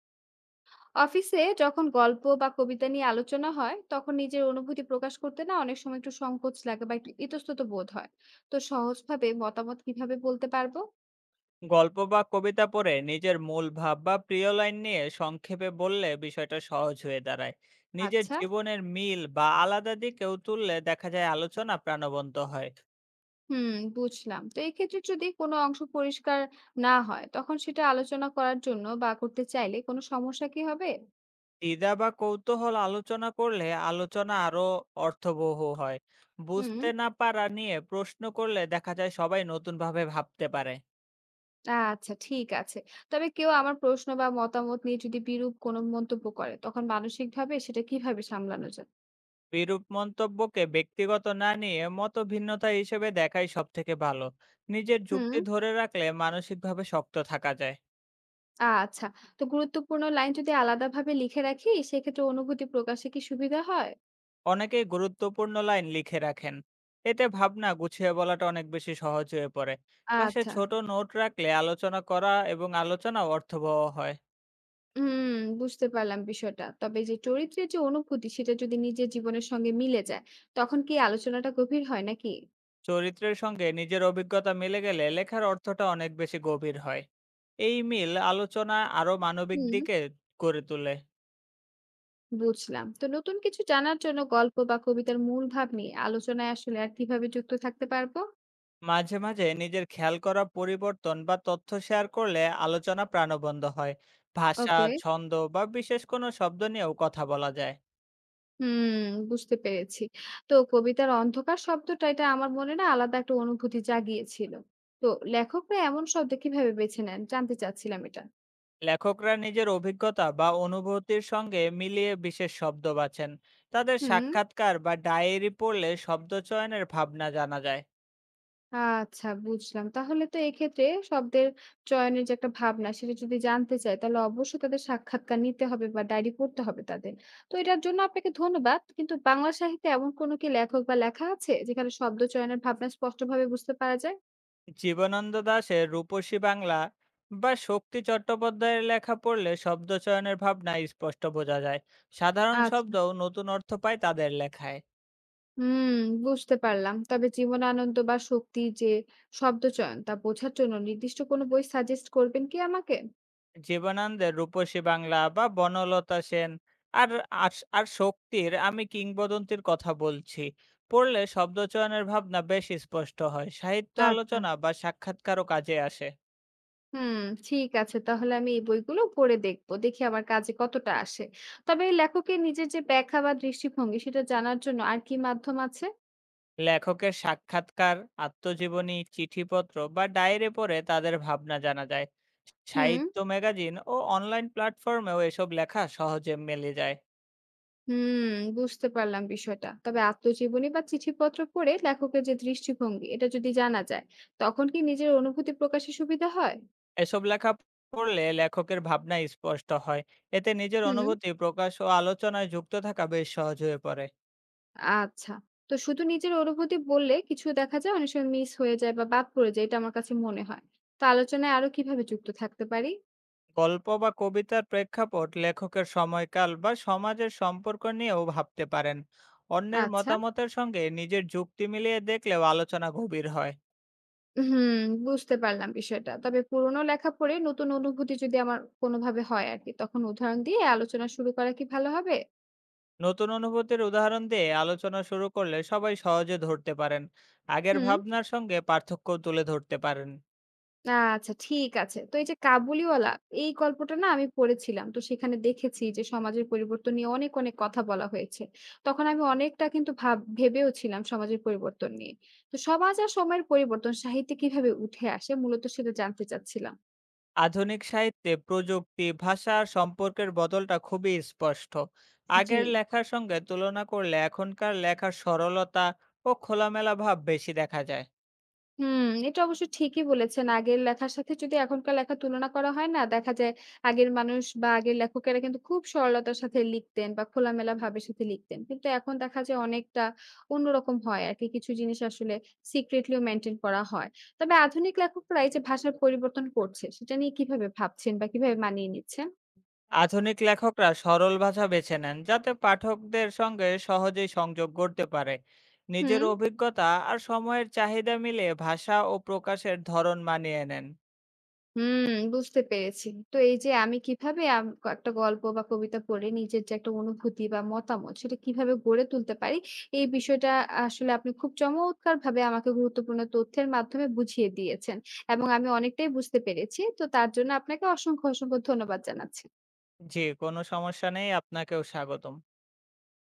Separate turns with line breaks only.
অফিসে যখন গল্প বা কবিতা নিয়ে আলোচনা হয় তখন নিজের অনুভূতি প্রকাশ করতে না অনেক সময় একটু সংকোচ লাগে বা একটু ইতস্তত বোধ হয়। তো সহজভাবে মতামত কিভাবে বলতে পারবো?
গল্প বা কবিতা পড়ে নিজের মূল ভাব বা প্রিয় লাইন নিয়ে সংক্ষেপে বললে বিষয়টা সহজ হয়ে দাঁড়ায়। নিজের
আচ্ছা।
জীবনের মিল বা আলাদা দিকেও তুললে দেখা যায় আলোচনা প্রাণবন্ত হয়।
হুম। বুঝলাম। তো এক্ষেত্রে যদি কোনো অংশ পরিষ্কার না হয় তখন সেটা আলোচনা করার জন্য বা করতে চাইলে কোনো সমস্যা কি হবে?
দ্বিধা বা কৌতূহল আলোচনা করলে আলোচনা আরো অর্থবহ হয়।
হুম।
বুঝতে না পারা নিয়ে প্রশ্ন করলে দেখা যায় সবাই নতুনভাবে ভাবতে পারে।
আচ্ছা, ঠিক আছে। তবে কেউ আমার প্রশ্ন বা মতামত নিয়ে যদি বিরূপ কোনো মন্তব্য করে তখন মানসিকভাবে সেটা কিভাবে সামলানো যায়?
বিরূপ মন্তব্যকে ব্যক্তিগত না নিয়ে মতভিন্নতা হিসেবে দেখাই সব থেকে ভালো। নিজের
হুম।
যুক্তি ধরে রাখলে মানসিকভাবে শক্ত থাকা যায়।
আচ্ছা। তো গুরুত্বপূর্ণ লাইন যদি আলাদাভাবে লিখে রাখি, সেক্ষেত্রে অনুভূতি প্রকাশে কি সুবিধা হয়?
অনেকে গুরুত্বপূর্ণ লাইন লিখে রাখেন, এতে ভাবনা গুছিয়ে বলাটা অনেক বেশি সহজ হয়ে পড়ে। পাশে
আচ্ছা।
ছোট নোট রাখলে আলোচনা করা এবং আলোচনা অর্থবহ হয়।
হুম, বুঝতে পারলাম বিষয়টা। তবে যে চরিত্রের যে অনুভূতি, সেটা যদি নিজের জীবনের সঙ্গে মিলে যায়, তখন কি আলোচনাটা গভীর হয় নাকি?
চরিত্রের সঙ্গে নিজের অভিজ্ঞতা মিলে গেলে লেখার অর্থটা অনেক বেশি গভীর হয়। এই মিল আলোচনা আরো মানবিক
হুম,
দিকে করে তোলে।
বুঝলাম। তো নতুন কিছু জানার জন্য গল্প বা কবিতার মূল ভাব নিয়ে আলোচনায় আসলে আর কিভাবে যুক্ত থাকতে পারবো?
মাঝে মাঝে নিজের খেয়াল করা পরিবর্তন বা তথ্য শেয়ার করলে আলোচনা প্রাণবন্ত হয়। ভাষা
ওকে।
ছন্দ বা বিশেষ কোনো শব্দ নিয়েও কথা বলা যায়।
হুম, বুঝতে পেরেছি। তো কবিতার অন্ধকার শব্দটা এটা আমার মনে না আলাদা একটা অনুভূতি জাগিয়েছিল। তো লেখকরা এমন শব্দ কিভাবে বেছে নেন? জানতে চাচ্ছিলাম এটা।
লেখকরা নিজের অভিজ্ঞতা বা অনুভূতির সঙ্গে মিলিয়ে বিশেষ শব্দ বাছেন। তাদের
হুম,
সাক্ষাৎকার বা ডায়েরি পড়লে শব্দচয়নের ভাবনা জানা যায়।
আচ্ছা, বুঝলাম। তাহলে তো এক্ষেত্রে শব্দের চয়নের যে একটা ভাবনা সেটা যদি জানতে চাই তাহলে অবশ্যই তাদের সাক্ষাৎকার নিতে হবে বা ডায়েরি পড়তে হবে তাদের। তো এটার জন্য আপনাকে ধন্যবাদ। কিন্তু বাংলা সাহিত্যে এমন কোনো কি লেখক বা লেখা আছে যেখানে শব্দ চয়নের ভাবনা স্পষ্টভাবে বুঝতে পারা যায়?
জীবনানন্দ দাশের রূপসী বাংলা বা শক্তি চট্টোপাধ্যায়ের লেখা পড়লে শব্দচয়নের ভাবনা স্পষ্ট বোঝা যায়। সাধারণ
আচ্ছা।
শব্দও নতুন অর্থ পায় তাদের লেখায়।
হুম, বুঝতে পারলাম। তবে জীবনানন্দ বা শক্তির যে শব্দচয়ন তা বোঝার জন্য নির্দিষ্ট কোনো বই সাজেস্ট করবেন কি আমাকে?
জীবনানন্দের 'রূপসী বাংলা' বা বনলতা সেন আর আর শক্তির 'আমি কিংবদন্তীর' কথা বলছি। পড়লে শব্দচয়নের ভাবনা বেশ স্পষ্ট হয়। সাহিত্য
আচ্ছা।
আলোচনা বা সাক্ষাৎকারও কাজে আসে।
হুম, ঠিক আছে। তাহলে আমি এই বইগুলো পড়ে দেখব। দেখি আমার কাজে কতটা আসে। তবে এই লেখকের নিজের যে ব্যাখ্যা বা দৃষ্টিভঙ্গি সেটা জানার জন্য আর কি মাধ্যম আছে?
লেখকের সাক্ষাৎকার, আত্মজীবনী, চিঠিপত্র বা ডায়েরি পড়ে তাদের ভাবনা জানা যায়।
হুম,
সাহিত্য ম্যাগাজিন ও অনলাইন প্ল্যাটফর্মেও এসব লেখা সহজে মেলে যায়।
হুম, বুঝতে পারলাম বিষয়টা। তবে আত্মজীবনী বা চিঠিপত্র পড়ে লেখকের যে দৃষ্টিভঙ্গি এটা যদি জানা যায়, তখন কি নিজের অনুভূতি প্রকাশে সুবিধা হয়?
এসব লেখা পড়লে লেখকের ভাবনা স্পষ্ট হয়। এতে নিজের
হুম।
অনুভূতি প্রকাশ ও আলোচনায় যুক্ত থাকা বেশ সহজ হয়ে পড়ে।
আচ্ছা। তো শুধু নিজের অনুভূতি বললে কিছু দেখা যায় অনেক সময় মিস হয়ে যায় বা বাদ পড়ে যায় এটা আমার কাছে মনে হয়। তো আলোচনায় আরো কিভাবে যুক্ত থাকতে পারি?
গল্প বা কবিতার প্রেক্ষাপট লেখকের সময়কাল বা সমাজের সম্পর্ক নিয়েও ভাবতে পারেন। অন্যের
আচ্ছা।
মতামতের সঙ্গে নিজের যুক্তি মিলিয়ে দেখলেও আলোচনা গভীর হয়।
হুম, বুঝতে পারলাম বিষয়টা। তবে পুরোনো লেখা পড়ে নতুন অনুভূতি যদি আমার কোনোভাবে হয় আরকি, তখন উদাহরণ দিয়ে আলোচনা শুরু করা কি ভালো হবে?
নতুন অনুভূতির উদাহরণ দিয়ে আলোচনা শুরু করলে সবাই সহজে ধরতে পারেন। আগের
হুম।
ভাবনার সঙ্গে পার্থক্য তুলে ধরতে পারেন।
আচ্ছা, ঠিক আছে। তো এই যে 'কাবুলিওয়ালা' এই গল্পটা না আমি পড়েছিলাম। তো সেখানে দেখেছি যে সমাজের পরিবর্তন নিয়ে অনেক, অনেক কথা বলা হয়েছে। তখন আমি অনেকটা কিন্তু ভাব ভেবেও ছিলাম সমাজের পরিবর্তন নিয়ে। তো সমাজ আর সময়ের পরিবর্তন সাহিত্যে কিভাবে উঠে আসে মূলত সেটা জানতে চাচ্ছিলাম।
আধুনিক সাহিত্যে প্রযুক্তি ভাষা আর সম্পর্কের বদলটা খুবই স্পষ্ট।
জি।
আগের লেখার সঙ্গে তুলনা করলে এখনকার লেখার সরলতা ও খোলামেলা ভাব বেশি দেখা যায়।
হুম, এটা অবশ্য ঠিকই বলেছেন। আগের লেখার সাথে যদি এখনকার লেখার তুলনা করা হয় না, দেখা যায় আগের মানুষ বা আগের লেখকেরা কিন্তু খুব সরলতার সাথে লিখতেন বা খোলামেলা ভাবের সাথে লিখতেন। কিন্তু এখন দেখা যায় অনেকটা অন্যরকম হয় আরকি। কিছু জিনিস আসলে সিক্রেটলিও মেইনটেইন করা হয়। তবে আধুনিক লেখকরা এই যে ভাষার পরিবর্তন করছে, সেটা নিয়ে কিভাবে ভাবছেন বা কিভাবে মানিয়ে নিচ্ছেন?
আধুনিক লেখকরা সরল ভাষা বেছে নেন যাতে পাঠকদের সঙ্গে সহজেই সংযোগ করতে পারে। নিজের
হুম।
অভিজ্ঞতা আর সময়ের চাহিদা মিলে ভাষা ও প্রকাশের ধরন মানিয়ে নেন।
হুম, বুঝতে পেরেছি। তো এই যে আমি কিভাবে একটা গল্প বা কবিতা পড়ে নিজের যে একটা অনুভূতি বা মতামত সেটা কিভাবে গড়ে তুলতে পারি, এই বিষয়টা আসলে আপনি খুব চমৎকারভাবে আমাকে গুরুত্বপূর্ণ তথ্যের মাধ্যমে বুঝিয়ে দিয়েছেন। এবং আমি অনেকটাই বুঝতে পেরেছি। তো তার জন্য আপনাকে অসংখ্য, অসংখ্য ধন্যবাদ জানাচ্ছি।
জি, কোনো সমস্যা নেই, আপনাকেও স্বাগতম।